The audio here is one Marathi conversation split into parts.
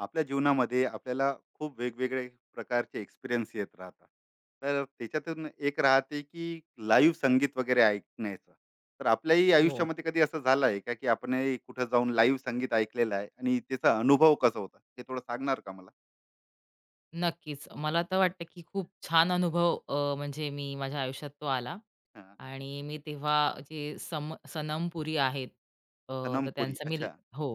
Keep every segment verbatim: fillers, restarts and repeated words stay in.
आपल्या जीवनामध्ये आपल्याला खूप वेगवेगळे प्रकारचे एक्सपिरियन्स येत राहतात. तर त्याच्यातून एक राहते की लाईव्ह संगीत वगैरे ऐकण्याचं. तर आपल्याही हो, आयुष्यामध्ये कधी असं झालं आहे का की आपण कुठं जाऊन लाईव्ह संगीत ऐकलेलं आहे आणि त्याचा अनुभव कसा होता ते थोडं सांगणार का मला? नक्कीच. मला तर वाटतं, की खूप छान अनुभव अ, म्हणजे मी माझ्या आयुष्यात तो आला हा, आणि मी तेव्हा जे सम सनम पुरी आहेत अ, तर तनमपुरी त्यांचा मी अच्छा. हो.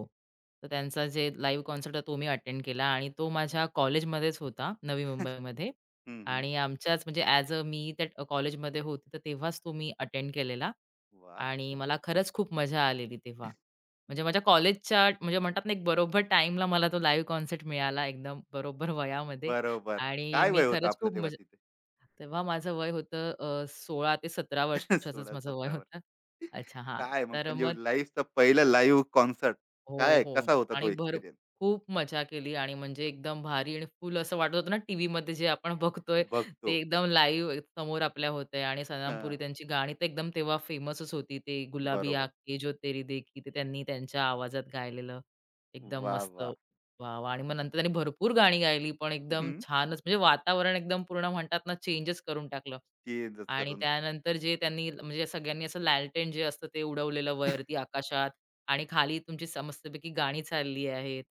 तर त्यांचा जे लाईव्ह कॉन्सर्ट तो मी अटेंड केला आणि तो माझ्या कॉलेजमध्येच होता, नवी मुंबईमध्ये हम्म, हम्म. आणि आमच्याच म्हणजे ॲज अ मी त्या कॉलेजमध्ये होते, तर तेव्हाच तो मी अटेंड केलेला वा. आणि मला खरंच खूप मजा आलेली तेव्हा. म्हणजे माझ्या कॉलेजच्या म्हणजे म्हणतात ना, एक बरोबर टाईमला मला तो लाईव्ह कॉन्सर्ट मिळाला एकदम बरोबर वयामध्ये बरोबर. आणि काय मी वय होतं खरंच आपलं खूप तेव्हा मजा तिथे? तेव्हा माझं वय होतं अ, सोळा ते सतरा वर्षाचंच सोळा माझं वय सतरा होतं. वर्ष. अच्छा, हां. काय मग तर म्हणजे मग लाईव्हचा पहिला लाईव्ह कॉन्सर्ट? हो, काय हो. कसा होता तो आणि भर एक्सपिरियन्स? खूप मजा केली आणि म्हणजे एकदम भारी आणि फुल असं वाटत होतं ना, टीव्हीमध्ये जे आपण बघतोय बघतो. ते एकदम लाईव्ह समोर आपल्या होतंय आणि सनम पुरी हां, त्यांची गाणी तर एकदम तेव्हा फेमसच होती. ते गुलाबी बरोबर. आँखें जो तेरी देखी ते त्यांनी त्यांच्या आवाजात गायलेलं. एकदम वाह! मस्त. वाह! वाह, वाह! आणि मग नंतर त्यांनी भरपूर गाणी गायली, पण एकदम हं, छानच म्हणजे वातावरण एकदम पूर्ण म्हणतात ना, चेंजच करून टाकलं. चेंजच आणि करून टा-. त्यानंतर जे त्यांनी म्हणजे सगळ्यांनी असं लॅलटेन जे असतं ते उडवलेलं वरती आकाशात. आणि खाली तुमची स मस्तपैकी गाणी चालली आहेत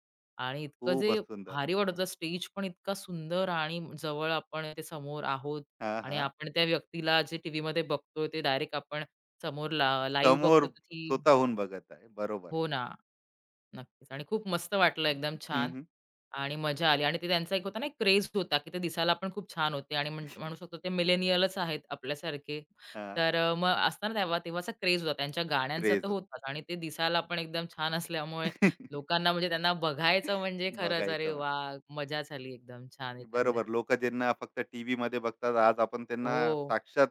आणि इतकं जे खूपच सुंदर. भारी वाटत होतं. स्टेज पण इतका सुंदर आणि जवळ आपण ते समोर आहोत हां, आणि हां. आपण त्या व्यक्तीला जे टीव्हीमध्ये बघतोय ते डायरेक्ट आपण समोर ला लाईव्ह बघतो समोर तर ती स्वतःहून बघत आहे. बरोबर. हो ना. नक्कीच आणि खूप मस्त वाटलं एकदम हं, छान हं. आणि मजा आली आणि ते त्यांचा एक होता ना एक क्रेज होता की ते दिसायला पण खूप छान होते आणि म्हण- म्हणू शकतो ते मिलेनियलच आहेत आपल्यासारखे हां, तर अ, मग असताना तेव्हा तेव्हाचा क्रेज होता त्यांच्या गाण्यांचा तर क्रेझ. होताच आणि ते दिसायला पण एकदम छान असल्यामुळे लोकांना म्हणजे त्यांना बघायचं म्हणजे खरंच अरे बघायचं. वा मजा झाली एकदम छान बरोबर. एकंदरीत लोकं ज्यांना फक्त टीव्हीमध्ये बघतात, आज आपण त्यांना हो साक्षात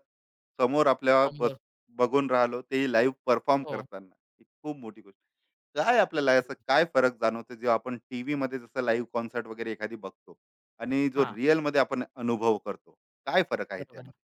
समोर आपल्या बस समोर बघून राहिलो, तेही लाईव्ह परफॉर्म हो करताना. ही खूप मोठी गोष्ट. काय आपल्याला असं काय फरक जाणवतो, जेव्हा आपण टीव्हीमध्ये जसं लाईव्ह कॉन्सर्ट वगैरे एखादी बघतो आणि जो हा रिअलमध्ये आपण अनुभव करतो, काय फरक आहे बरोबर त्यामध्ये?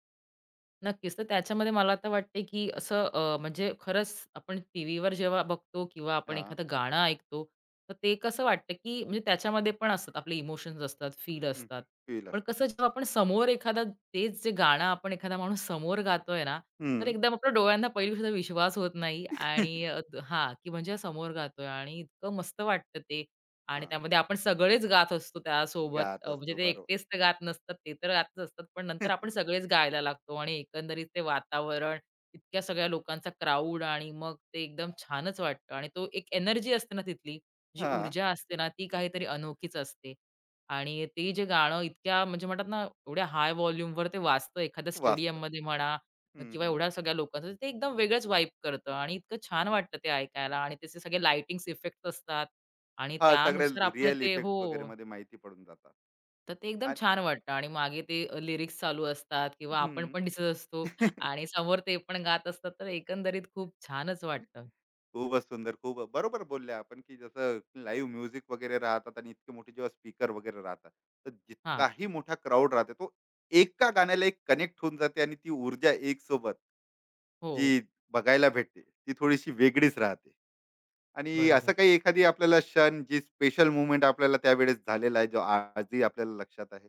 नक्कीच. तर त्याच्यामध्ये मला आता वाटते, की असं अ, म्हणजे खरंच आपण टीव्हीवर जेव्हा बघतो किंवा आपण हां. एखादं गाणं ऐकतो, तर ते कसं वाटतं, की म्हणजे त्याच्यामध्ये पण असतात आपले इमोशन्स असतात, फील हं. असतात. फील पण असतं. कसं जेव्हा आपण समोर एखादा तेच जे गाणं आपण एखादा माणूस समोर गातोय ना, तर हं. एकदम आपल्या डोळ्यांना पहिली गोष्ट विश्वास होत नाही हां. आणि अ, हां, की म्हणजे समोर गातोय आणि इतकं मस्त वाटतं ते. आणि त्यामध्ये आपण सगळेच गात असतो त्यासोबत गात अ, म्हणजे असतो. ते बरोबर. एकटेच तर गात नसतात, ते तर गातच असतात. पण नंतर आपण सगळेच गायला लागतो आणि एकंदरीत ते वातावरण, इतक्या सगळ्या लोकांचा क्राउड आणि मग ते एकदम छानच वाटतं आणि तो एक एनर्जी असते ना तिथली, जी हां. ऊर्जा असते ना, ती काहीतरी अनोखीच असते. आणि ते जे गाणं इतक्या म्हणजे म्हणतात ना, एवढ्या हाय व्हॉल्यूमवर ते वाजतं एखाद्या वाचतं. स्टेडियममध्ये म्हणा हं, किंवा हं. एवढ्या सगळ्या लोकांचं, ते एकदम वेगळंच वाइब करतं आणि इतकं छान वाटतं ते ऐकायला आणि त्याचे सगळे लाइटिंग्स इफेक्ट असतात आणि हां, सगळे त्यानुसार आपण रिअल ते इफेक्ट्स हो, वगैरेमध्ये माहिती पडून जातात. तर ते एकदम आणि छान वाटतं आणि मागे ते लिरिक्स चालू असतात किंवा आपण हं. पण दिसत असतो आणि समोर ते पण गात असतात, तर एकंदरीत खूप छानच वाटतं. खूपच सुंदर. खूप बरोबर बोलले आपण की जसं लाईव्ह म्युझिक वगैरे राहतात आणि इतके मोठे जेव्हा स्पीकर वगैरे राहतात, तर हां. जितकाही मोठा क्राऊड राहते तो एका गाण्याला एक कनेक्ट होऊन जाते आणि ती ऊर्जा एक सोबत हो, जी बघायला भेटते ती थोडीशी वेगळीच राहते. आणि असं बरोबर. काही एखादी आपल्याला क्षण जी स्पेशल मुवमेंट आपल्याला त्यावेळेस झालेला आहे जो आजही आपल्याला लक्षात आहे.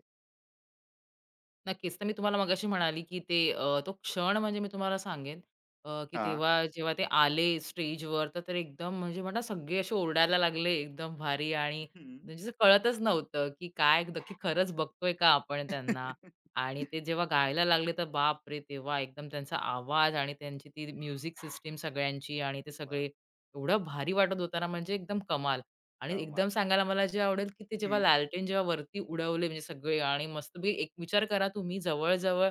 नक्कीच. तर मी तुम्हाला मगाशी म्हणाली, की ते अ, तो क्षण म्हणजे मी तुम्हाला सांगेन अ, की हा. तेव्हा जेव्हा ते आले स्टेजवर, तर ते एकदम म्हणजे म्हणा सगळे असे ओरडायला लागले एकदम भारी आणि हम्म. म्हणजे असं कळतच नव्हतं, की काय नक्की खरंच बघतोय का आपण त्यांना? आणि ते जेव्हा गायला लागले, तर बापरे! तेव्हा एकदम त्यांचा आवाज आणि त्यांची ती म्युझिक सिस्टम सगळ्यांची आणि ते वा. सगळे एवढं भारी वाटत होतं म्हणजे एकदम कमाल. आणि कमाल. एकदम सांगायला मला जे आवडेल, की ते जेव्हा हम्म. लालटेन जेव्हा वरती उडवले म्हणजे सगळे आणि मस्तपैकी एक विचार करा तुम्ही जवळ-जवळ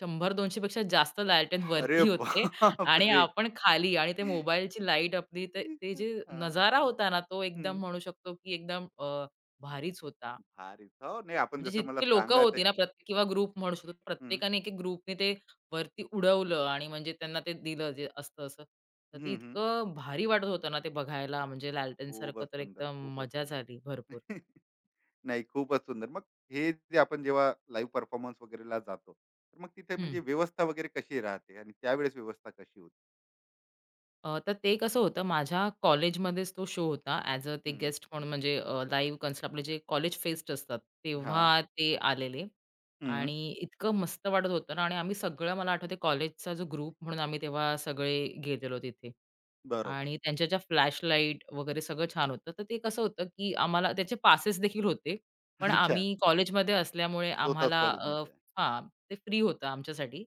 शंभर पेक्षा जास्त लालटेन अरे वरती होते बाप आणि रे. आपण खाली आणि ते मोबाईलची लाईट आपली ते ते जे नजारा हां, होता ना, तो हं. एकदम म्हणू शकतो, की एकदम अ, भारीच होता. भारीच. हो, नाही आपण म्हणजे जसं मला जितकी लोकं सांगत होती आहे. ना प्रत्येक किंवा ग्रुप म्हणू शकतो. हं, प्रत्येकाने एक-एक ग्रुपने ते वरती उडवलं आणि म्हणजे त्यांना ते दिलं जे असतं असं. तर ते हं, हं. इतकं भारी वाटत होतं ना ते बघायला म्हणजे लालटेनसारखं खूपच तर सुंदर, एकदम खूपच मजा सुंदर. झाली भरपूर. नाही, खूपच सुंदर. मग हे जे आपण जेव्हा लाईव्ह परफॉर्मन्स वगैरेला जातो, तर मग तिथे हं. म्हणजे व्यवस्था वगैरे कशी राहते आणि त्यावेळेस व्यवस्था कशी होती? अ, तर ते कसं होतं माझ्या कॉलेजमध्येच तो शो होता ॲज अ ते हं. गेस्ट म्हणून म्हणजे लाईव्ह कॉन्सर्ट आपले जे कॉलेज फेस्ट असतात तेव्हा हां. ते आलेले हं, आणि इतकं मस्त वाटत होतं ना आणि आम्ही सगळं मला आठवते कॉलेजचा जो ग्रुप म्हणून आम्ही तेव्हा सगळे गेलेलो तिथे बरोबर. आणि त्यांच्या ज्या फ्लॅशलाईट वगैरे सगळं छान होतं. तर ते कसं होतं, की आम्हाला त्याचे पासेस देखील होते. पण अच्छा. आम्ही कॉलेजमध्ये असल्यामुळे स्वतःच आम्हाला अ, कॉलेजमध्ये आहे. हां, ते फ्री होतं आमच्यासाठी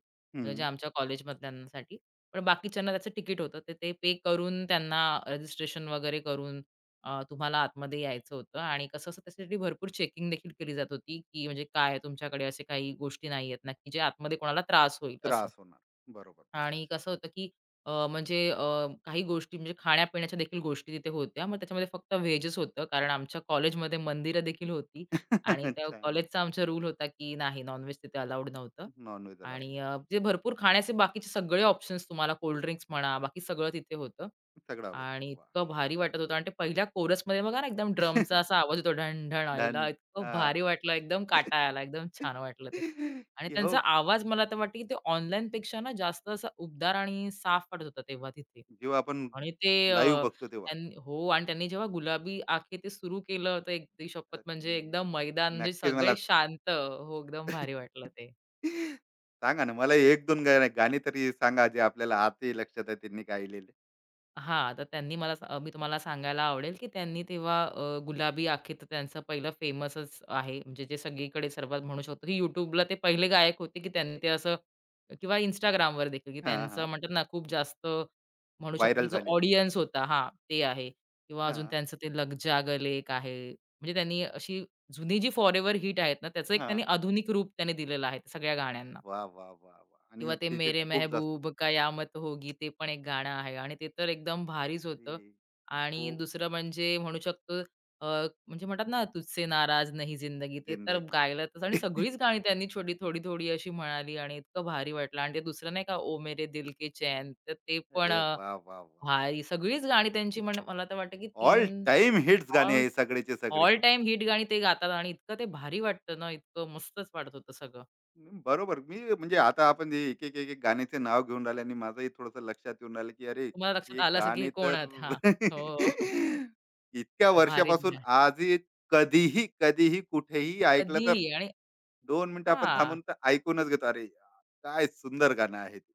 म्हणजे जे हं. आमच्या कॉलेजमधल्यांसाठी पण बाकीच्यांना त्याचं तिकीट होतं. तर ते पे करून त्यांना रजिस्ट्रेशन वगैरे करून अ, तुम्हाला आतमध्ये यायचं होतं आणि कसं असं त्याच्यासाठी भरपूर चेकिंग देखील केली जात होती, की म्हणजे काय तुमच्याकडे असे काही गोष्टी नाही आहेत ना, की जे आतमध्ये कोणाला त्रास होईल असं. त्रास होणार. बरोबर. आणि कसं होतं, की अ, म्हणजे अ, काही गोष्टी म्हणजे खाण्यापिण्याच्या देखील गोष्टी तिथे होत्या. मग त्याच्यामध्ये फक्त व्हेजच होतं, कारण आमच्या कॉलेजमध्ये मंदिरं देखील होती आणि त्या छान. कॉलेजचा आमचा रूल होता, की नाही नॉन तिथे अलाउड नव्हतं. नॉन-व्हेज अलाव आणि नाही. अ, जे भरपूर खाण्याचे बाकीचे सगळे ऑप्शन्स तुम्हाला कोल्ड ड्रिंक्स म्हणा, बाकी सगळं तिथे होतं. सगळं अवेलेबल. आणि वाह! इतकं भारी वाटत होतं आणि ते पहिल्या कोरसमध्ये बघा ना, एकदम ड्रमचा असा आवाज येतो ढण-ढण डन. आईला इतकं हां. भारी वाटलं, एकदम काटा आला, एकदम छान वाटलं ते. आणि की हो, त्यांचा आवाज मला तर वाटतं, की ते ऑनलाईनपेक्षा ना जास्त असा उबदार आणि साफ वाटत होता तेव्हा तिथे. जेव्हा आपण आणि ते लाईव्ह अ, बघतो तेव्हा. त्यांनी हो आणि त्यांनी जेव्हा गुलाबी आखे ते सुरू केलं, तर एक ती शपथ अरे, म्हणजे एकदम मैदान म्हणजे नक्कीच. मला सगळे शांत. हो, एकदम भारी वाटलं ते. सांगा ना, मला एक दोन गा गाणी तरी सांगा, जे आपल्याला आजही लक्षात आहे त्यांनी गायलेले? हां, तर त्यांनी मला सा मी तुम्हाला सांगायला आवडेल, की त्यांनी तेव्हा अ, गुलाबी आखे तर त्यांचं पहिलं फेमसच आहे. म्हणजे जे सगळीकडे सर्वात म्हणू शकतो, की YouTubeला ते पहिले गायक होते, की त्यांनी ते असं किंवा Instagramवर देखील, की हां, त्यांचं हां. म्हणतात ना, खूप जास्त म्हणू शकतो, की व्हायरल जो झालेलं. ऑडियन्स होता हां, ते आहे किंवा अजून हां, त्यांचं ते लग जा गले एक आहे. म्हणजे त्यांनी अशी जुनी जी फॉरेव्हर हिट आहेत ना, त्याचं एक त्यांनी हां. आधुनिक रूप त्यांनी दिलेलं आहे सगळ्या गाण्यांना. वाह, वाह, वाह, वाह! आणि किंवा ते त्याचे मेरे खूप जास्त. मेहबूब कयामत होगी ते पण एक गाणं आहे आणि ते तर एकदम भारीच अरे, होतं. आणि ओ दुसरं म्हणजे म्हणू शकतो अ, म्हणजे म्हणतात ना तुझसे नाराज नाही जिंदगी ते तर जिंदगी. गायलंच आणि सगळीच गाणी त्यांनी छोटी थोडी-थोडी अशी म्हणाली आणि इतकं भारी वाटलं आणि ते दुसरं नाही का ओ मेरे दिल के चैन तर ते पण अरे अ, वाह, वाह, वाह! भारी सगळीच गाणी त्यांची म्हण मला तर वाटतं की ऑल तीन टाईम हिट्स गाणे ऑल आहे सगळेचे सगळे. ऑल टाईम हिट गाणी ते गातात आणि इतकं ते भारी वाटतं ना, इतकं मस्तच वाटत होतं सगळं. हं, बरोबर. मी म्हणजे आता आपण हे एक, एक, एक, एक गाण्याचे नाव घेऊन राहिले आणि माझंही थोडंसं लक्षात येऊन राहिलं, की अरे, तुम्हाला लक्षात हे आलं असेल की हे गाणे कोण तर आहेत? हां. हो. इतक्या भारीच वर्षापासून गाणं. आजही कधीही, कधीही, कुठेही ऐकलं तर कधीही आणि दोन मिनिटं आपण हां, थांबून तर ऐकूनच घेतो. अरे यार, काय सुंदर गाणं आहे ते.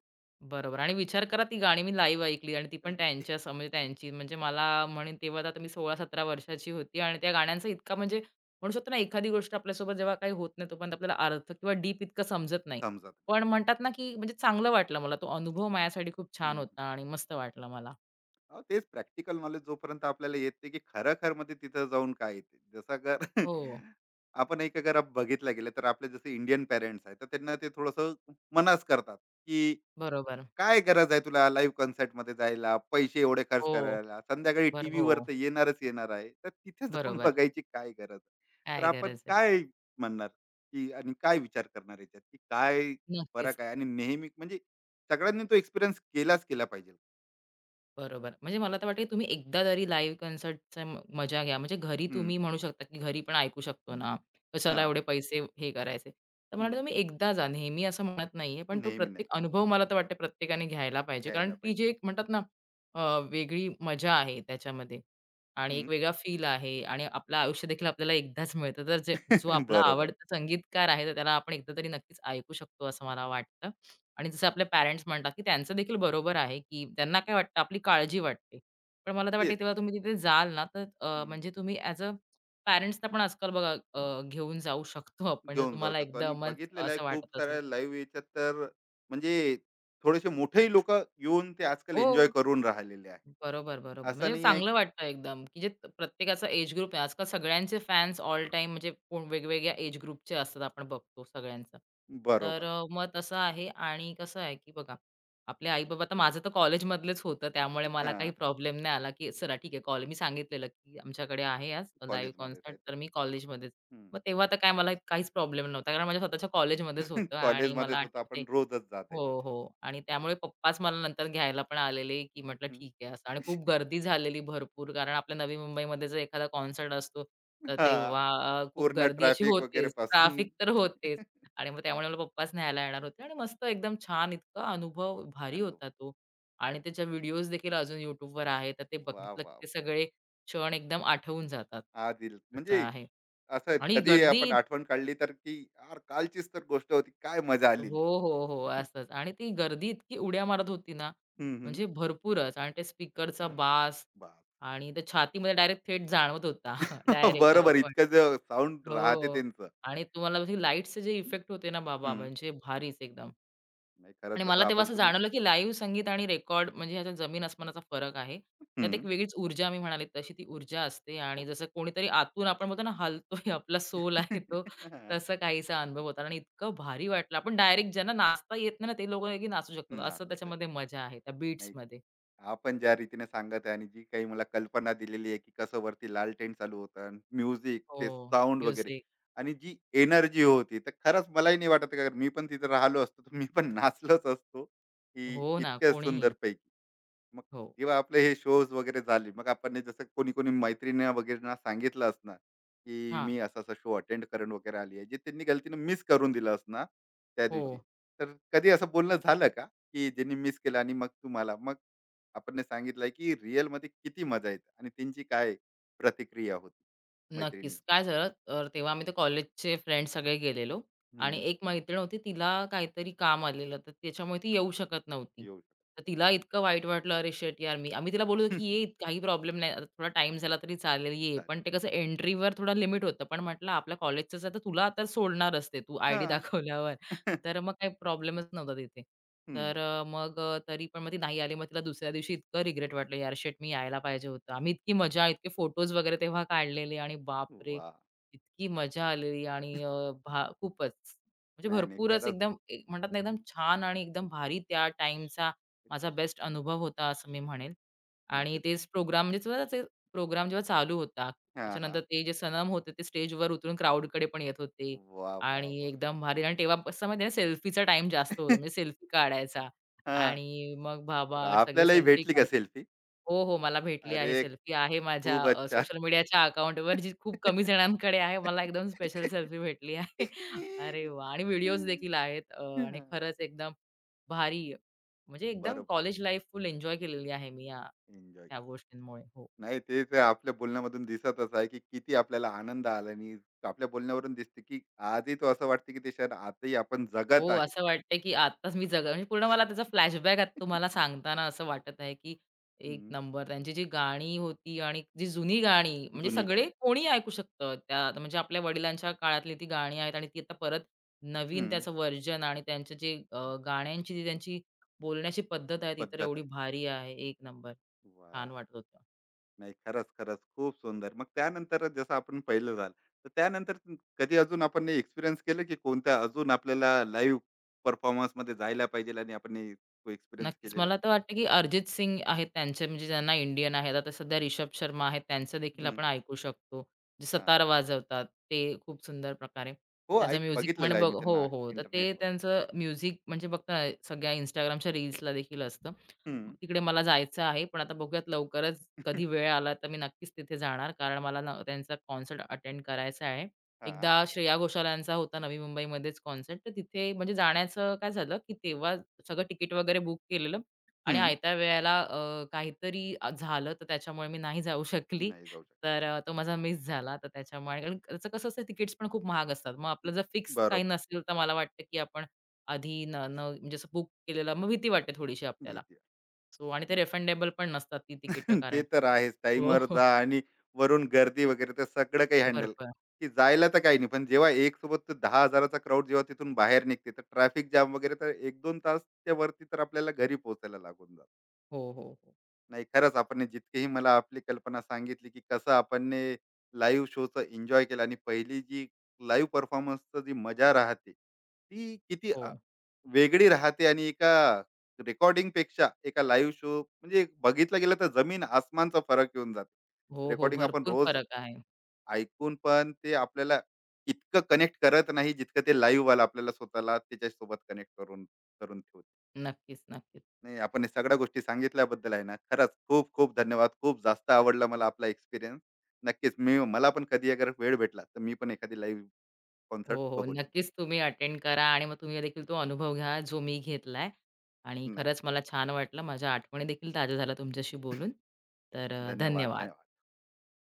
बरोबर आणि विचार करा ती गाणी मी लाईव्ह ऐकली आणि ती पण अरे, त्यांच्या सम म्हणजे त्यांची म्हणजे मला म्हणेन तेव्हा तर आता मी सोळा सतरा वर्षाची होती आणि त्या गाण्यांचा इतका म्हणजे म्हणू शकतो ना एखादी गोष्ट आपल्यासोबत जेव्हा काही होत नाही तोपर्यंत आपल्याला अर्थ किंवा डीप इतकं समजत नाही. समजत नाही. पण म्हणतात ना, की म्हणजे चांगलं वाटलं मला तो अनुभव माझ्यासाठी खूप छान हं. होता आणि मस्त वाटलं मला. अहो, तेच प्रॅक्टिकल नॉलेज जोपर्यंत आपल्याला येत नाही, की खरखर मध्ये तिथं जाऊन काय येते. जसं जर हो, आपण एक अगर आप बघितलं गेलं तर आपले जसे इंडियन पेरेंट्स आहेत, तर त्यांना ते थोडंसं मनाच करतात, की बरोबर. काय गरज आहे तुला लाईव्ह कॉन्सर्टमध्ये जायला, पैसे एवढे खर्च हो, करायला, संध्याकाळी बरं हो, टीव्हीवर तर येणारच येणार आहे. तर तिथे जाऊन बरोबर. बघायची काय गरज आहे. तर काय आपण गरज आहे. काय म्हणणार, की आणि काय विचार करणार याच्यात, की काय नक्कीच. फरक आहे आणि नेहमी म्हणजे सगळ्यांनी तो एक्सपिरियन्स केलाच केला पाहिजे. बरोबर. म्हणजे मला तर वाटतं, की तुम्ही एकदा तरी लाईव्ह कॉन्सर्टचा म मजा घ्या. म्हणजे घरी हं, तुम्ही म्हणू शकता, की घरी पण ऐकू शकतो ना, कशाला हां, एवढे पैसे हे करायचे. तर मला हं. वाटतं तुम्ही एकदा जा. नेहमी असं म्हणत नाहीये, पण तो नेहमी नाही प्रत्येक अनुभव मला तर वाटतं प्रत्येकाने घ्यायला पाहिजे. कारण घ्यायला ती पाहिजे. जी एक म्हणतात ना, अ, वेगळी मजा आहे त्याच्यामध्ये आणि एक हं. वेगळा फील आहे आणि आपलं आयुष्य देखील आपल्याला एकदाच मिळतं. तर जे जो आपला बरोबर. आवडता संगीतकार आहे, तर त्याला आपण एकदा तरी नक्कीच ऐकू शकतो असं मला वाटतं. आणि जसं आपले पॅरेंट्स म्हणतात, की त्यांचं देखील बरोबर आहे, की त्यांना काय वाटतं आपली काळजी वाटते. पण मला तर वाटते तेच. तेव्हा तुम्ही तिथे जाल ना, तर अ, हं. म्हणजे तुम्ही ॲज अ पॅरेंट्सला पण आजकाल बघा अ, घेऊन जाऊ शकतो आपण. जर घेऊन जाऊ तुम्हाला शकतो आणि एकदमच बघितलेलं आहे असं खूप वाटत असेल साऱ्या तर. लाईव्ह याच्यात तर म्हणजे थोडेसे मोठेही लोकं येऊन ते आजकाल हो. एन्जॉय करून राहिलेले आहेत. बरोबर, बरोबर. असं म्हणजे नाही आहे चांगलं की वाटतं एकदम, की जे त- प्रत्येकाचा एज ग्रुप आहे. आजकाल सगळ्यांचे फॅन्स ऑल टाईम म्हणजे कोण वेगवेगळ्या एज ग्रुपचे असतात आपण बघतो सगळ्यांचा. तर बरोबर. अ, मग तसं आहे आणि कसं आहे, की बघा आपले आई-बाबा आता माझं तर कॉलेजमधलेच होतं त्यामुळे मला काही हां. प्रॉब्लेम नाही आला, की चला ठीक आहे कॉलेज मी सांगितलेलं, की आमच्याकडे आहे आज लाईव्ह कॉलेजमध्येच आहे कॉन्सर्ट तर. तर मी कॉलेजमध्येच. हं. मग तेव्हा तर काय मला काहीच प्रॉब्लेम नव्हता कारण माझ्या स्वतःच्या कॉलेजमध्येच होतं आणि मला कॉलेजमध्येच होतो आठवते आपण रोजच जात हो, आहे तिथे. हो. आणि त्यामुळे पप्पाच मला नंतर घ्यायला पण आलेले, की म्हटलं हं. ठीक आहे असं आणि खूप गर्दी झालेली भरपूर. कारण आपल्या नवी मुंबईमध्ये जर एखादा कॉन्सर्ट असतो, तर हां. तेव्हा अ, खूप पूर्ण गर्दी अशी ट्रॅफिक वगैरे होतेच. पासून. ट्रॅफिक तर होतेच. आणि मग त्यामुळे मला पप्पाच न्यायला येणार होते आणि मस्त एकदम छान इतका अनुभव भारी होता अनुभव. तो. आणि त्याच्या व्हिडिओज देखील अजून YouTubeवर आहे. तर ते वाह, बघितलं, की वाह! ते सगळे क्षण एकदम आठवून जातात. आदिल असं म्हणजे आहे. असं आणि कधी आपण गर्दी आठवण काढली तर की यार कालचीच तर गोष्ट होती काय मजा हो, आलेली. हो, हो. असंच आणि ती गर्दी इतकी उड्या मारत होती ना, हम्म, हम्म. म्हणजे भरपूरच आणि ते स्पीकरचा बास बाप. आणि ते छातीमध्ये डायरेक्ट थेट जाणवत होता. डायरेक्ट बरोबर. पण इतकं जे साऊंड हो राहते त्यांचं. आणि तुम्हाला लाईट्सचे जे इफेक्ट होते ना बाबा, हम्म, म्हणजे भारीच एकदम. नाही आणि खरंच जसं मला तेव्हा आपण असं तुम्ही. जाणवलं, की लाईव्ह संगीत आणि रेकॉर्ड म्हणजे ह्याच्यात जमीन-आसमानाचा फरक आहे. त्यात एक हम्म. वेगळीच ऊर्जा मी म्हणाले तशी ती ऊर्जा असते आणि उर-. जसं कोणीतरी आतून आपण म्हणतो ना, हलतोय आपला सोल आहे तो, तसा काहीसा अनुभव होता आणि इतकं भारी वाटलं. आपण डायरेक्ट ज्यांना नाचता येत नाही ना, ते लोकं नाचू शकतात. असं नाचू शक. त्याच्यामध्ये मजा आहे त्या नाही बीट्समध्ये. आपण ज्या रीतीने सांगत आहे आणि जी काही मला कल्पना दिलेली आहे की कसं वरती लाल टेंट चालू होतं म्युझिक हो, ते साऊंड वगैरे म्युझिक. आणि जी एनर्जी होती, तर खरंच मलाही नाही वाटत का मी पण तिथे राहिलो असतो तर मी पण नाचलोच असतो की हो ना, इतक्या सुंदर कोणीही. पैकी. मग हो. जेव्हा आपले हे शोज वगैरे झाले मग आपण हे जसं कोणी कोणी मैत्रिणी वगैरे सांगितलं असणार की हां. मी असा असा शो अटेंड करून वगैरे आली आहे जे त्यांनी गलतीनं मिस करून दिलं असणार त्या हो. दिवशी, तर कधी असं बोलणं झालं का की ज्यांनी मिस केलं आणि मग तुम्हाला मग आपण सांगितलंय की रिअल मध्ये किती मजा येते आणि त्यांची काय प्रतिक्रिया होती? नक्कीच. मैत्रिणीची. काय झालं तर तेव्हा आम्ही ते कॉलेजचे फ्रेंड्स सगळे गेलेलो आणि हम्म. एक मैत्रीण होती तिला काहीतरी काम आलेलं तर त्याच्यामुळे ती येऊ शकत नव्हती. येऊ तर शकत. तिला इतकं वाईट वाटलं अरे शिट यार मी आम्ही तिला बोललो की "ये काही प्रॉब्लेम नाही आता थोडा टाईम झाला तरी चालेल ये." चालेल. पण ते कसं एंट्रीवर थोडा लिमिट होतं. पण म्हटलं आपल्या कॉलेजचंच तर तुला तर सोडणारच ते तू हा. आयडी दाखवल्यावर. तर मग काही प्रॉब्लेमच नव्हता तिथे. तर हम्म. अ, मग अ, तरी पण मग ती नाही आली. मग तिला दुसऱ्या दिवशी इतकं रिग्रेट वाटलं, "यार शेट मी यायला पाहिजे होतं." आम्ही इतकी मजा, इतके फोटोज वगैरे तेव्हा काढलेले आणि बापरे! वा. इतकी मजा आलेली आणि अ, भा खूपच. म्हणजे नाही नाही भरपूरच खरंच. एकदम ए म्हणतात ना एकदम छान आणि एकदम भारी त्या टाईमचा माझा बेस्ट अनुभव होता असं मी म्हणेन. आणि नक्कीच. तेच प्रोग्राम म्हणजे तेव्हा ते प्रोग्राम जेव्हा चालू होता, हा हा. त्याच्यानंतर ते जे सनम होते ते स्टेजवर उतरून क्राउडकडे पण येत होते. वा वा आणि वा. एकदम भारी आणि तेव्हा कसं माहिती आहे सेल्फीचा टाईम जास्त होता. म्हणजे सेल्फी काढायचा हां, आणि मग तर बाबा सगळे आपल्यालाही सेल्फी भेटली का काढ सेल्फी? हो, हो. मला भेटली आहे अरे सेल्फी आहे माझ्या खूप अ, अच्छा. सोशल मीडियाच्या अकाउंटवर जी खूप कमी जणांकडे आहे. मला एकदम स्पेशल सेल्फी भेटली आहे. अरे वाह! आणि व्हिडिओज देखील आहेत अ, आणि हां, खरंच एकदम भारी म्हणजे एकदम बरं. कॉलेज लाईफ फुल एन्जॉय केलेली आहे मी या, एन्जॉय. त्या गोष्टींमुळे. हो. नाही ते तर आपल्या बोलण्यामधून दिसतच आहे, की किती आपल्याला आनंद आला आणि आपल्या बोलण्यावरून दिसते, की आजही तो असं वाटतं, की ते क्षण आजही आपण जगत हो, आहे. असं वाटतंय की आत्ताच मी जगा म्हणजे पूर्ण मला त्याचा फ्लॅशबॅक आता तुम्हाला सांगताना असं वाटत आहे की एक हं, नंबर त्यांची जी गाणी होती आणि जी जुनी गाणी म्हणजे जुनी सगळे गाणी. कोणी ऐकू शकतं. त्या म्हणजे आपल्या वडिलांच्या काळातली ती गाणी आहेत आणि ती आता परत नवीन हं, त्याचं व्हर्जन आणि त्यांचे जे अ, गाण्यांची जी त्यांची बोलण्याची पद्धत आहे ती तर पद्धत एवढी आहे. भारी आहे. एक नंबर. वाह! छान वाटत होतं. नाही खरंच, खरंच खूप सुंदर. मग त्यानंतर जसं आपण पाहिलं झालं, तर त्यानंतर तुम- कधी अजून आपण हे एक्सपिरियन्स केलं की कोणत्या अजून आपल्याला लाईव्ह परफॉर्मन्समध्ये जायला पाहिजे आणि आपण हे तो एक्सपिरियन्स नक्कीच. केलेला? मला तर वाटतं, की अरिजित सिंग आहेत त्यांचे म्हणजे ज्यांना इंडियन आहेत. आता सध्या रिषभ शर्मा आहेत, त्यांचं देखील हं, आपण ऐकू शकतो. जे हां. सतार वाजवतात ते खूप सुंदर प्रकारे. हो, त्यांचं ऐक म्युझिक म्हण बघितलेलं आहे बघ मी हो, त्यांना हो. तर ते इंटरनेटवर. त्यांचं म्युझिक म्हणजे बघता ना सगळ्या Instagramच्या रील्सला देखील असतं. हं. तिकडे मला जायचं आहे, पण आता बघूयात लवकरच हां. हं. कधी वेळ आला तर मी नक्कीच तिथे जाणार. कारण मला ना त्यांचा कॉन्सर्ट अटेंड करायचा आहे. एकदा श्रेया घोषाल यांचा होता नवी मुंबईमध्येच कॉन्सर्ट, तर तिथे म्हणजे जाण्याचं काय झालं, की तेव्हा सगळं तिकीट वगैरे बुक केलेलं आणि आयत्या वेळेला अ, काहीतरी अ, झालं तर त्याच्यामुळे मी नाही जाऊ शकली. नाही जाऊ शकत. तर अ, तो माझा मिस झाला. तर त्याच्यामुळे कारण त्याचं कसं असतं तिकीट्स पण खूप महाग असतात. मग आपलं जर फिक्स काही बरोबर. नसेल तर मला वाटतं, की आपण आधी न न म्हणजे असं बुक केलेलं मग भीती वाटते थोडीशी आपल्याला. भीती. सो आणि ते आहे. रिफंडेबल पण नसतात ती तिकीटं ते कारण. तर आहेच. हो, टाईमवर हो. जा आणि वरून गर्दी वगैरे ते सगळं काही हँडल भरपूर. की जायला तर काही नाही. पण जेव्हा एकसोबत तो दहा हजार चा क्राउड जेव्हा तिथून बाहेर निघते, तर ट्रॅफिक जाम वगैरे तर एक दोन तासच्या वरती तर आपल्याला घरी पोहोचायला लागून जातं. हो, हो, हो. नाही खरंच आपण जितकीही मला आपली कल्पना सांगितली की कसं आपण लाईव्ह शोचं एन्जॉय केलं आणि पहिली जी लाईव्ह परफॉर्मन्सचं जी मजा राहते, ती किती हो. वेगळी राहते आणि एका रेकॉर्डिंग पेक्षा एका लाईव्ह शो म्हणजे बघितलं गेलं तर जमीन आसमानचा फरक येऊन जाते. हो, हो. रेकॉर्डिंग आपण भरपूर रोज फरक आहे. ऐकून पण ते आपल्याला इतकं कनेक्ट करत नाही जितकं ते लाईव्हवाला आपल्याला स्वतःला त्याच्यासोबत कनेक्ट करून करून ठेवते. नक्कीच, नक्कीच. नाही आपण हे सगळ्या गोष्टी सांगितल्याबद्दल आहे ना खरंच खूप खूप धन्यवाद. खूप जास्त आवडला मला आपला एक्सपिरियन्स. नक्कीच. मी मला पण कधी अगर वेळ भेटला तर मी पण एखादी लाईव्ह कॉन्सर्ट हो, हो. बघून येईन. नक्कीच तुम्ही अटेंड करा आणि मग तुम्ही देखील तो अनुभव घ्या जो मी घेतलाय आणि नक्की. खरंच मला छान वाटलं. माझ्या आठवणी देखील ताज्या झाल्या तुमच्याशी बोलून. तर अ, धन्यवाद, धन्यवाद. धन्यवाद.